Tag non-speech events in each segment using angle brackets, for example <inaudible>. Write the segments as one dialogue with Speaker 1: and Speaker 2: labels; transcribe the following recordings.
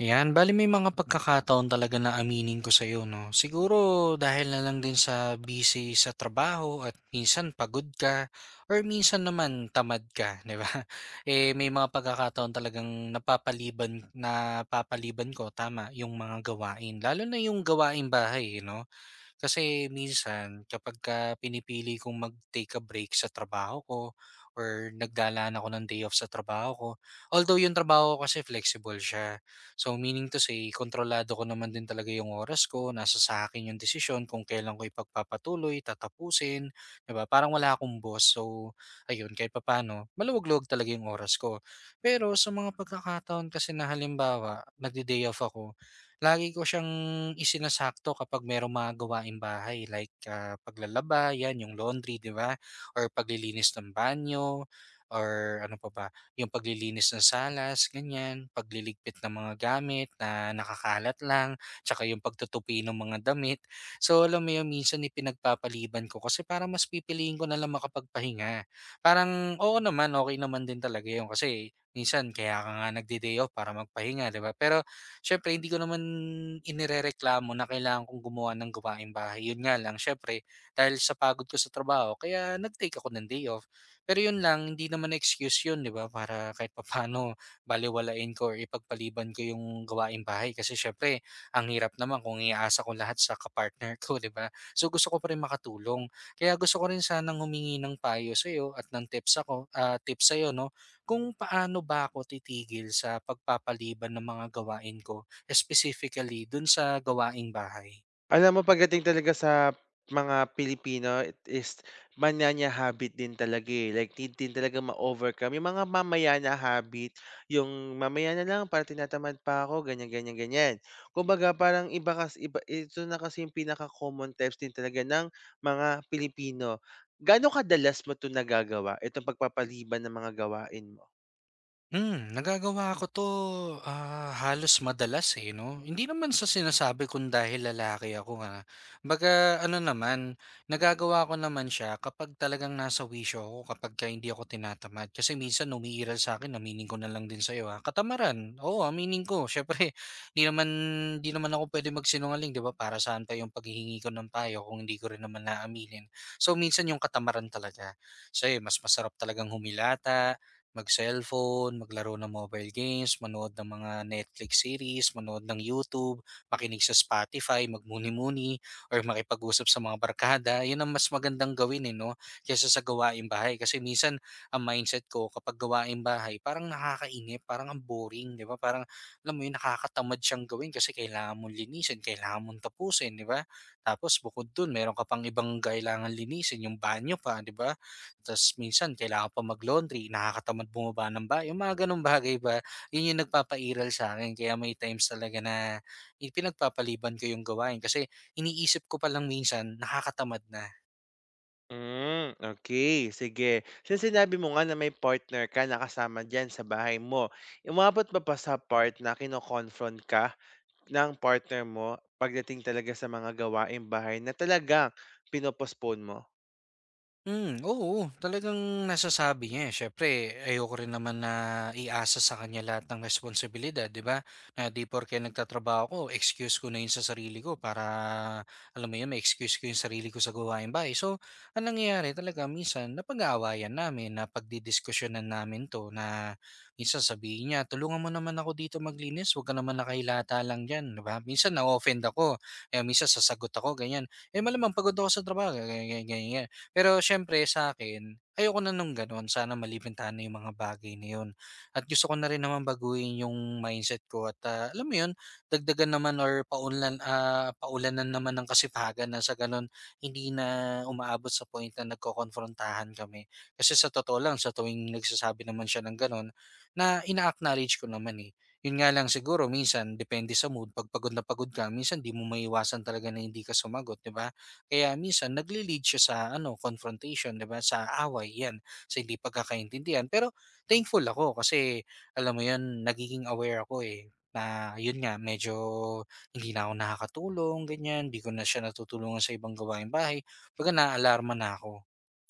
Speaker 1: Ayan, bale may mga pagkakataon talaga na aminin ko sa'yo, 'no? Siguro dahil na lang din sa busy sa trabaho at minsan pagod ka or minsan naman tamad ka, <laughs> 'di ba? Eh, may mga pagkakataon talagang napapaliban napapaliban ko, tama, yung mga gawain. Lalo na yung gawain bahay, 'no? Kasi minsan kapagka pinipili kong mag-take a break sa trabaho ko or naglalaan ako ng day off sa trabaho ko, although yung trabaho ko kasi flexible siya. So meaning to say, kontrolado ko naman din talaga yung oras ko, nasa sa akin yung desisyon kung kailan ko ipagpapatuloy, tatapusin, 'di ba? Parang wala akong boss. So ayun, kahit papaano, maluwag-luwag talaga yung oras ko. Pero sa mga pagkakataon kasi na halimbawa, nagde-day off ako, lagi ko siyang isinasakto kapag merong mga gawaing bahay like, paglalaba, 'yan yung laundry, 'di ba? Or paglilinis ng banyo or ano pa ba, yung paglilinis ng salas, ganyan, pagliligpit ng mga gamit na nakakalat lang, tsaka yung pagtutupi ng mga damit. So, alam mo yun, minsan ipinagpapaliban ko kasi para mas pipiliin ko na lang makapagpahinga. Parang, oo naman, okay naman din talaga yun kasi minsan kaya ka nga nagde-day off para magpahinga, 'di ba? Pero siyempre hindi ko naman inirereklamo na kailangan kong gumawa ng gawaing bahay. Yun nga lang, siyempre dahil sa pagod ko sa trabaho kaya nag-take ako ng day off. Pero yun lang, hindi naman excuse yun, di ba? Para kahit papaano baliwalain ko or ipagpaliban ko yung gawaing bahay. Kasi siyempre, ang hirap naman kung iaasa ko lahat sa kapartner ko, di ba? So gusto ko pa rin makatulong. Kaya gusto ko rin sanang humingi ng payo sa'yo at ng tips ako, tips sa'yo, no? Kung paano ba ako titigil sa pagpapaliban ng mga gawain ko, specifically dun sa gawaing bahay?
Speaker 2: Alam mo pagdating talaga sa mga Pilipino, it is manyanya habit din talaga, eh. Like need din talagang ma-overcome yung mga mamaya-na habit, yung mamaya na lang para tinatamad pa ako ganyan, ganyan, ganyan. Kumbaga parang iba ito na kasi yung pinaka-common types din talaga ng mga Pilipino. Gaano kadalas mo ito nagagawa, itong pagpapaliban ng mga gawain mo?
Speaker 1: Nagagawa ko 'to, halos madalas, eh, 'no. Hindi naman sa sinasabi kung dahil lalaki ako, nga. Kumbaga ano naman, nagagawa ko naman siya kapag talagang nasa wisyo ako, kapagka hindi ako tinatamad. Kasi minsan umiiral sa'kin, aminin ko na lang din sa'yo, katamaran. Oo, aminin ko. Siyempre <laughs> di naman di naman ako pwede magsinungaling, 'di ba? Para saan pa yung paghihingi ko ng payo kung hindi ko rin naman aaminin. So, minsan yung katamaran talaga. So, ayun, mas masarap talagang humilata, mag-cellphone, maglaro ng mobile games, manood ng mga Netflix series, manood ng YouTube, makinig sa Spotify, magmuni-muni, or makipag-usap sa mga barkada. Yun ang mas magandang gawin eh, no? Kesa sa gawaing bahay. Kasi minsan, ang mindset ko kapag gawaing bahay, parang nakakainip, parang ang boring, di ba? Parang, alam mo yun, nakakatamad siyang gawin kasi kailangan mong linisin, kailangan mong tapusin, di ba? Tapos bukod dun, meron ka pang ibang kailangan linisin, yung banyo pa, di ba? Tas minsan kailangan pa mag-laundry, nakakatamad bumaba ng ba yung mga gano'ng bagay ba, yun yung nagpapairal sa akin kaya may times talaga na, eh, pinagpapaliban ko yung gawain kasi iniisip ko palang minsan nakakatamad na.
Speaker 2: Hmm, okay. Sige. Since sinabi mo nga na may partner ka kasama sa bahay mo, umabot ba pa sa part na kino-confront ka ng partner mo pagdating talaga sa mga gawaing bahay na talagang pino mo?
Speaker 1: Oo, talagang nasasabi niya, eh. Siyempre ayoko rin naman na iasa sa kanya lahat ng responsibilidad, 'di ba? Na 'di porke nagtatrabaho ko, excuse ko na 'yun sa sarili ko para, alam mo 'yun, ma-excuse ko 'yung sarili ko sa gawain bahay. So, anong nangyayari talaga minsan napag-aawayan namin, napagdidiskusyonan namin 'to na minsan sabihin niya, "Tulungan mo naman ako dito maglinis, 'wag ka naman nakahilata lang diyan," 'di ba? Minsan na-o-offend ako, kaya minsan sasagot ako, ganiyan. "Eh, malamang pagod ako sa trabaho," ga ga ganyan. Pero siyempre sa'kin, ayoko na nung gano'n. Sana malilimitahan na yung mga bagay na yun at gusto ko na rin naman baguhin yung mindset ko at, alam mo yun, dagdagan naman or paunlan paulanan naman ng kasipagan na sa gano'n hindi na umaabot sa point na nagkokomprontahan kami. Kasi sa totoo lang, sa tuwing nagsasabi naman siya ng gano'n, na ina-acknowledge ko naman, eh. Yun nga lang siguro minsan depende sa mood, 'pag pagod na pagod ka minsan 'di mo maiiwasan talaga na hindi ka sumagot, 'di ba? Kaya minsan nagle-lead siya sa ano, confrontation, 'di ba, sa away, 'yan, sa hindi pagkakaintindihan. Pero thankful ako kasi alam mo 'yun, nagiging aware ako eh, na 'yun nga, medyo hindi na ako nakakatulong, ganyan, 'di ko na siya natutulungan sa ibang gawaing bahay, kumbaga naaalarma na ako.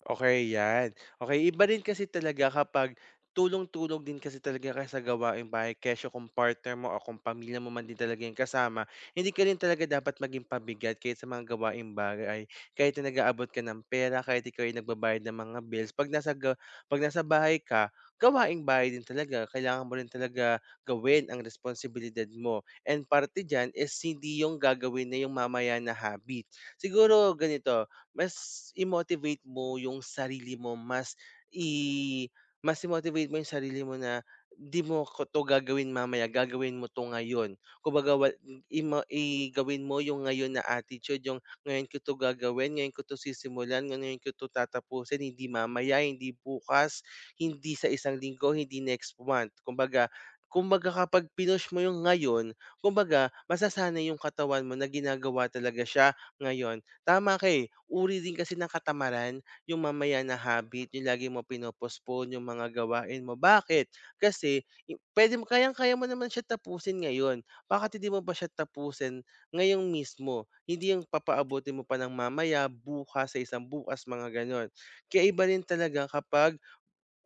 Speaker 2: Okay, 'yan. Okay, iba rin kasi talaga kapag tulong-tulong din kasi talaga kayo sa gawaing bahay kesyo kung partner mo o kung pamilya mo man din talaga yung kasama, hindi ka rin talaga dapat maging pabigat kahit sa mga gawain bahay. Kahit na nag-aabot ka ng pera, kahit ikaw ay nagbabayad ng mga bills, 'pag nasa bahay ka, gawaing bahay din talaga. Kailangan mo rin talaga gawin ang responsibilidad mo and parte diyan is hindi yung gagawin na yung mamaya na habit. Siguro ganito, mas i-motivate mo yung sarili mo, i mas i-motivate mo yung sarili mo na, "Di mo ko 'to gagawin mamaya, gagawin mo 'to ngayon." Kumbaga wa ima i gawin mo yung ngayon na attitude, yung, "Ngayon ko 'to gagawin, ngayon ko 'to sisimulan, ngayon ko 'to tatapusin, hindi mamaya, hindi bukas, hindi sa isang linggo, hindi next month." Kumbaga kumbaga kapag pinush mo yung ngayon, kumbaga masasanay yung katawan mo na ginagawa talaga siya ngayon. Tama ka, eh. Uri din kasi ng katamaran yung mamaya na habit, yung lagi mo yung mga gawain mo. Bakit? Kasi puwede mo kayang-kaya mo naman siya tapusin ngayon. Bakit hindi mo ba siya tapusin ngayong mismo? Hindi yung papaabutin mo pa ng mamaya, bukas, sa isang bukas, mga gano'n. Kaya iba rin talaga kapag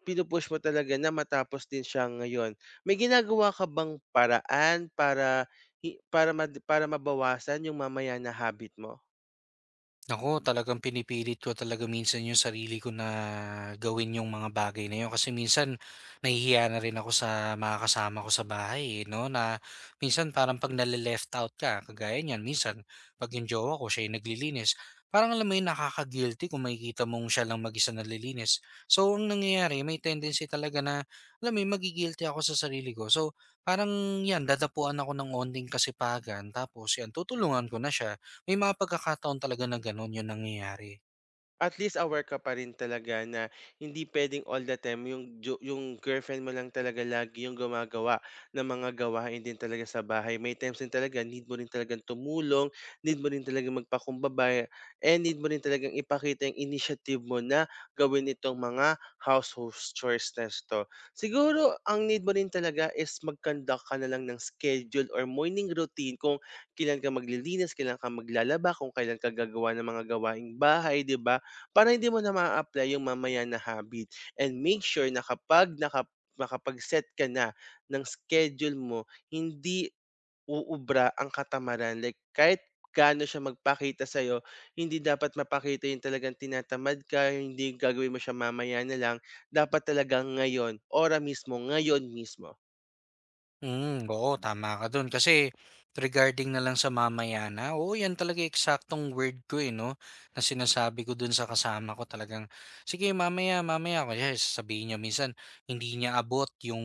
Speaker 2: mo talaga na matapos din siya ngayon. May ginagawa ka bang paraan para hi para mad para mabawasan yung mamaya na habit mo?
Speaker 1: Naku, talagang pinipilit ko talaga minsan yung sarili ko na gawin yung mga bagay na yun. Kasi minsan nahihiya na rin ako sa mga kasama ko sa bahay, eh, no? Na minsan parang pag nale-left out ka, kagaya niyan, minsan pag yung jowa ko, siya yung naglilinis, parang alam mo yun, nakaka-guilty kung makikita mong siya lang mag-isa nalilinis. So, ang nangyayari, may tendency talaga na, alam mo yun, magigilty ako sa sarili ko. So, parang yan, dadapuan ako ng onting kasipagan, tapos yan, tutulungan ko na siya may mga pagkakataon talaga na gano'n 'yung nangyayari.
Speaker 2: At least aware ka pa rin talaga na hindi puwedeng all the time yung girlfriend mo lang talaga lagi yung gumagawa ng mga gawain din talaga sa bahay. May times din talaga need mo rin talagang tumulong, need mo rin talagang magpakumbaba, and need mo rin talagang ipakita yung initiative mo na gawin itong mga household chores na ito. Siguro ang need mo rin talaga is mag-conduct ka na lang ng schedule or morning routine kung kailan ka maglilinis, kailan ka maglalaba, kung kailan ka gagawa ng mga gawaing bahay, 'di ba? Para hindi mo na maa-apply yung mamaya na habit and make sure na kapag nakapag-set ka na ng schedule mo, hindi uubra ang katamaran. Like kahit gaano siya magpakita sa'yo, hindi dapat mapakita yung talagang tinatamad ka, yung hindi gagawin mo siya mamaya na lang. Dapat talagang ngayon, ora mismo, ngayon mismo.
Speaker 1: Oo tama ka dun. Kasi regarding na lang sa mamayana, oo yan talaga eksaktong word ko eh, 'no, na sinasabi ko dun sa kasama ko talagang, "Sige mamaya, mamaya." Kaya sasabihin niya minsan hindi niya abot yung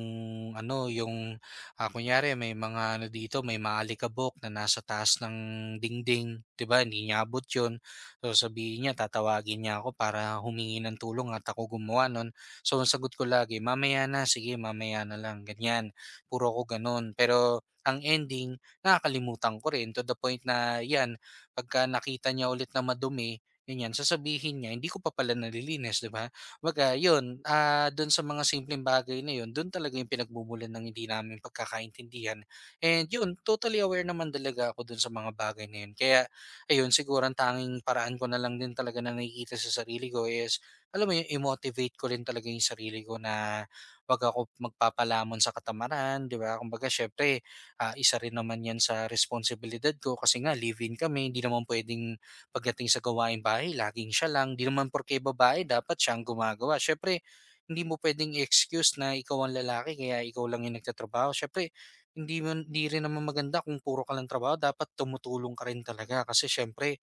Speaker 1: ano, yung, kunyari may mga ano dito, may mga alikabok na nasa taas ng dingding, 'di ba, hindi niya abot yun. So sabihin niya tatawagin niya ako para humingi ng tulong at ako gumawa nun. So ang sagot ko lagi, "Mamaya na, sige mamaya na lang." Ganyan puro ako gano'n. Pero ang ending, nakakalimutan ko rin to the point na 'yan, pagka nakita niya ulit na madumi, yun ganyan, sasabihin niya, "Hindi ko pa pala nalilinis," 'di ba? Kumbaga 'yun, do'n sa mga simpleng bagay na 'yun, do'n talaga 'yung pinagmumulan ng hindi namin pagkakaintindihan. And 'yun, totally aware naman talaga ako do'n sa mga bagay na 'yun. Kaya ayun, siguro ang tanging paraan ko na lang din talaga na nakikita sa sarili ko is, alam mo 'yun, i-motivate ko rin talaga 'yung sarili ko na wag ako magpapalamon sa katamaran, 'di ba? Kumbaga syempre, isa rin naman 'yan sa responsibilidad ko kasi nga live-in kami, hindi naman pwedeng pagdating sa gawaing bahay laging siya lang. Hindi naman porke babae dapat siyang gumagawa. Syempre, hindi mo pwedeng excuse na ikaw ang lalaki kaya ikaw lang yung nagtatrabaho. Syempre, hindi rin naman maganda kung puro ka lang trabaho, dapat tumutulong ka rin talaga kasi syempre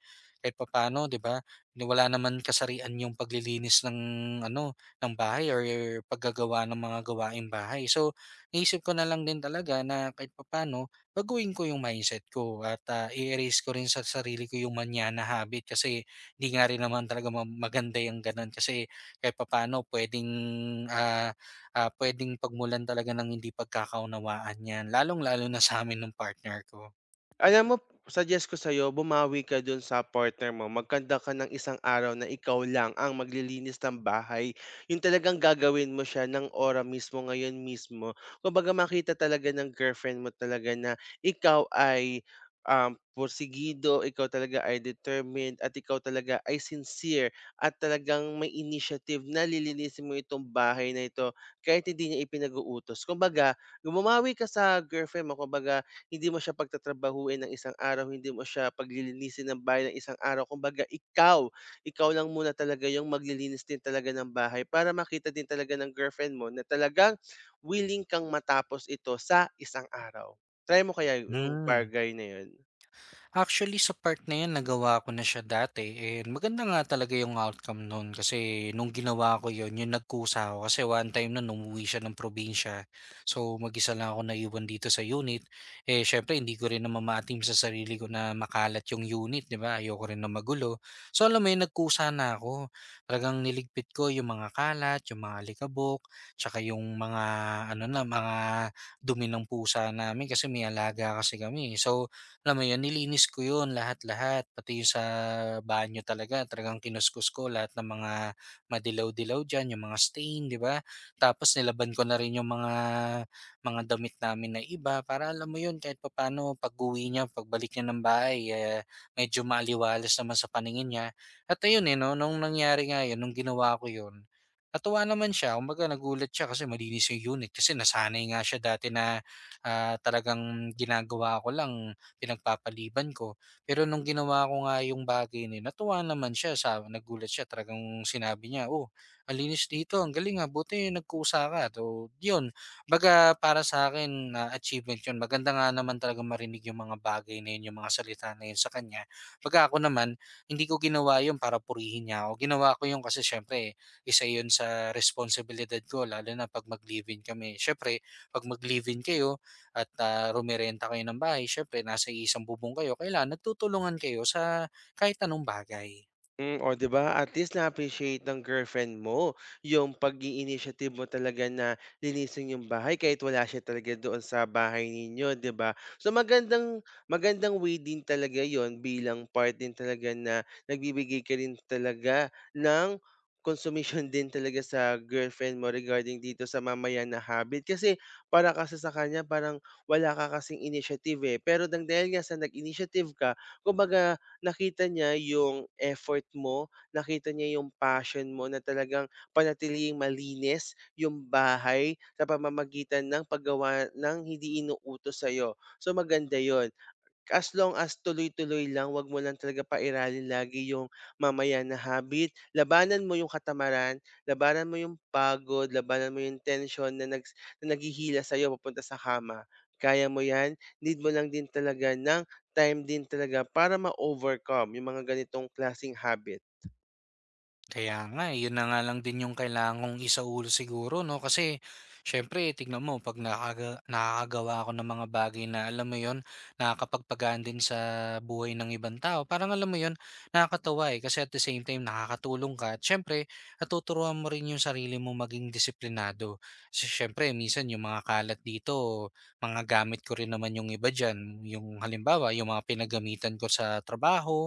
Speaker 1: kahit papaano, 'di ba? Wala naman kasarian yung paglilinis ng ano ng bahay or paggagawa ng mga gawaing bahay. So, naisip ko na lang din talaga na kahit papaano, baguhin ko yung mindset ko at i-erase ko rin sa sarili ko yung manyana habit kasi hindi nga rin naman talaga maganda yung ganun kasi kahit papaano pwedeng, ah pwedeng pagmulan talaga ng hindi pagkakaunawaan yan, lalong-lalo na sa amin ng partner ko.
Speaker 2: Alam mo, suggest ko sa'yo bumawi ka dun sa partner mo. Magkanda ka ng isang araw na ikaw lang ang maglilinis ng bahay. Yung talagang gagawin mo siya ng ora mismo, ngayon mismo. Kumbaga makita talaga ng girlfriend mo talaga na ikaw ay porsigido, ikaw talaga ay determined, at ikaw talaga ay sincere, at talagang may initiative na lilinisin mo itong bahay na ito kahit hindi niya ipinag-uutos. Kumbaga, gumawi ka sa girlfriend mo, kumbaga hindi mo siya pagtatrabahuin ng isang araw, hindi mo siya paglilinisin ng bahay ng isang araw. Kumbaga ikaw lang muna talaga yung maglilinis din talaga ng bahay para makita din talaga ng girlfriend mo na talagang willing kang matapos ito sa isang araw. Try mo kaya yung
Speaker 1: Hmm.
Speaker 2: bargain na yun?
Speaker 1: Actually, sa part na 'yan nagawa ko na siya dati and maganda nga talaga yung outcome nun kasi nung ginawa ko 'yun, yung nagkusa ako kasi one time nun umuwi siya ng probinsya. So, mag-isa lang ako naiwan dito sa unit. Eh, syempre hindi ko rin na maatim sa sarili ko na makalat yung unit, 'di ba? Ayoko rin na magulo. So, alam mo 'yun, nagkusa na ako. Talagang niligpit ko yung mga kalat, yung mga alikabok, tsaka yung mga ano na, mga dumi ng pusa namin kasi may alaga kasi kami. So, alam mo yun, nilinis ko yun lahat-lahat, pati yung sa banyo talagang kinuskus ko lahat ng mga madilaw-dilaw diyan, yung mga stain, 'di ba? Tapos nilaban ko na rin yung mga damit namin na iba para alam mo yun, kahit papaano pag-uwi niya, pagbalik niya ng bahay, eh, medyo maaliwalas naman sa paningin niya. At ayun, eh, 'no, nung nangyari nga yun, nung ginawa ko yun, natuwa naman siya. Kumbaga nagulat siya kasi malinis yung unit kasi nasanay nga siya dati na, talagang ginagawa ko lang pinagpapaliban ko. Pero nung ginawa ko nga yung bagay na yun, natuwa naman siya, sa nagulat siya, talagang sinabi niya, "Oh, alinis dito, ang galing ah, buti nagkusa ka." So, yun, baga para sa akin na achievement yun. Maganda nga naman talaga marinig yung mga bagay na yun, yung mga salita na yun sa kanya. Baga ako naman, hindi ko ginawa yun para purihin niya ako. Ginawa ko yun kasi syempre, isa yun sa responsibilidad ko, lalo na pag mag-live-in kami. Syempre, pag mag-live-in kayo, at, rumerenta kayo ng bahay siyempre nasa iisang bubong kayo kailangan nagtutulungan kayo sa kahit anong bagay.
Speaker 2: Hmm, o 'di ba at least na-appreciate ng girlfriend mo yung pag-i-initiative mo talaga na linisin yung bahay kahit wala siya talaga doon sa bahay ninyo, 'di ba? So magandang magandang way din talaga 'yon bilang part din talaga na nagbibigay ka rin talaga ng consumption <laughs> din talaga sa girlfriend mo regarding dito sa mamaya na habit. Kasi para kasi sa kanya parang wala ka kasing initiative eh. Pero dahil nga sa nag-initiative ka, kumbaga nakita niya yung effort mo, nakita niya yung passion mo na talagang panatiling malinis yung bahay sa pamamagitan ng paggawa ng hindi inuutos sa'yo. So maganda yon. As long as tuloy-tuloy lang, 'wag mo lang talaga pairalin lagi yung mamaya na habit. Labanan mo yung katamaran, labanan mo yung pagod, labanan mo yung tension na nags na naghihila sa'yo papunta sa kama. Kaya mo 'yan, need mo lang din talaga ng time din talaga para ma-overcome yung mga ganitong klaseng habit.
Speaker 1: Kaya nga, eh, yun na nga lang din yung kailangan kong isaulo siguro 'no, kasi siyempre tignan mo 'pag nakakagawa ako ng mga bagay na alam mo yun, nakakapagpagaan din sa buhay ng ibang tao, parang alam mo yun, nakakatuwa, eh, kasi at the same time nakakatulong ka at siyempre natuturuan mo rin yung sarili mo maging disiplinado. Kasi siyempre minsan yung mga kalat dito, mga gamit ko rin naman yung iba diyan, yung halimbawa yung mga pinagamitan ko sa trabaho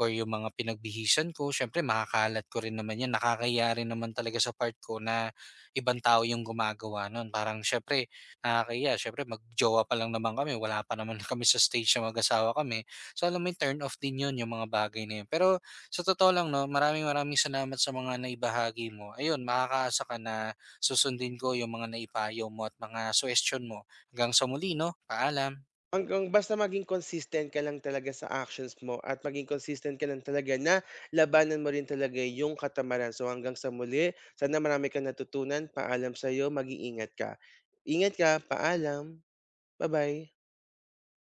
Speaker 1: or yung mga pinagbihisan ko, siyempre makakalat ko rin naman yan. Nakakaya rin naman talaga sa part ko na ibang tao yung gumagawa nun. Parang siyempre, nakakaya, siyempre, magjowa pa lang naman kami. Wala pa naman <laughs> kami sa stage na mag-asawa kami. So, alam mo yung turn off din yun, yung mga bagay na yun. Pero, sa totoo lang, no, maraming maraming salamat sa mga naibahagi mo. Ayun, makakaasa ka na susundin ko yung mga naipayo mo at mga suggestion mo. Hanggang sa muli, no? Paalam.
Speaker 2: Hanggang basta maging consistent ka lang talaga sa actions mo at maging consistent ka lang talaga na labanan mo rin talaga yung katamaran. So hanggang sa muli, sana marami kang natutunan. Paalam sa'yo, mag-iingat ka. Ingat ka, paalam. Bye bye.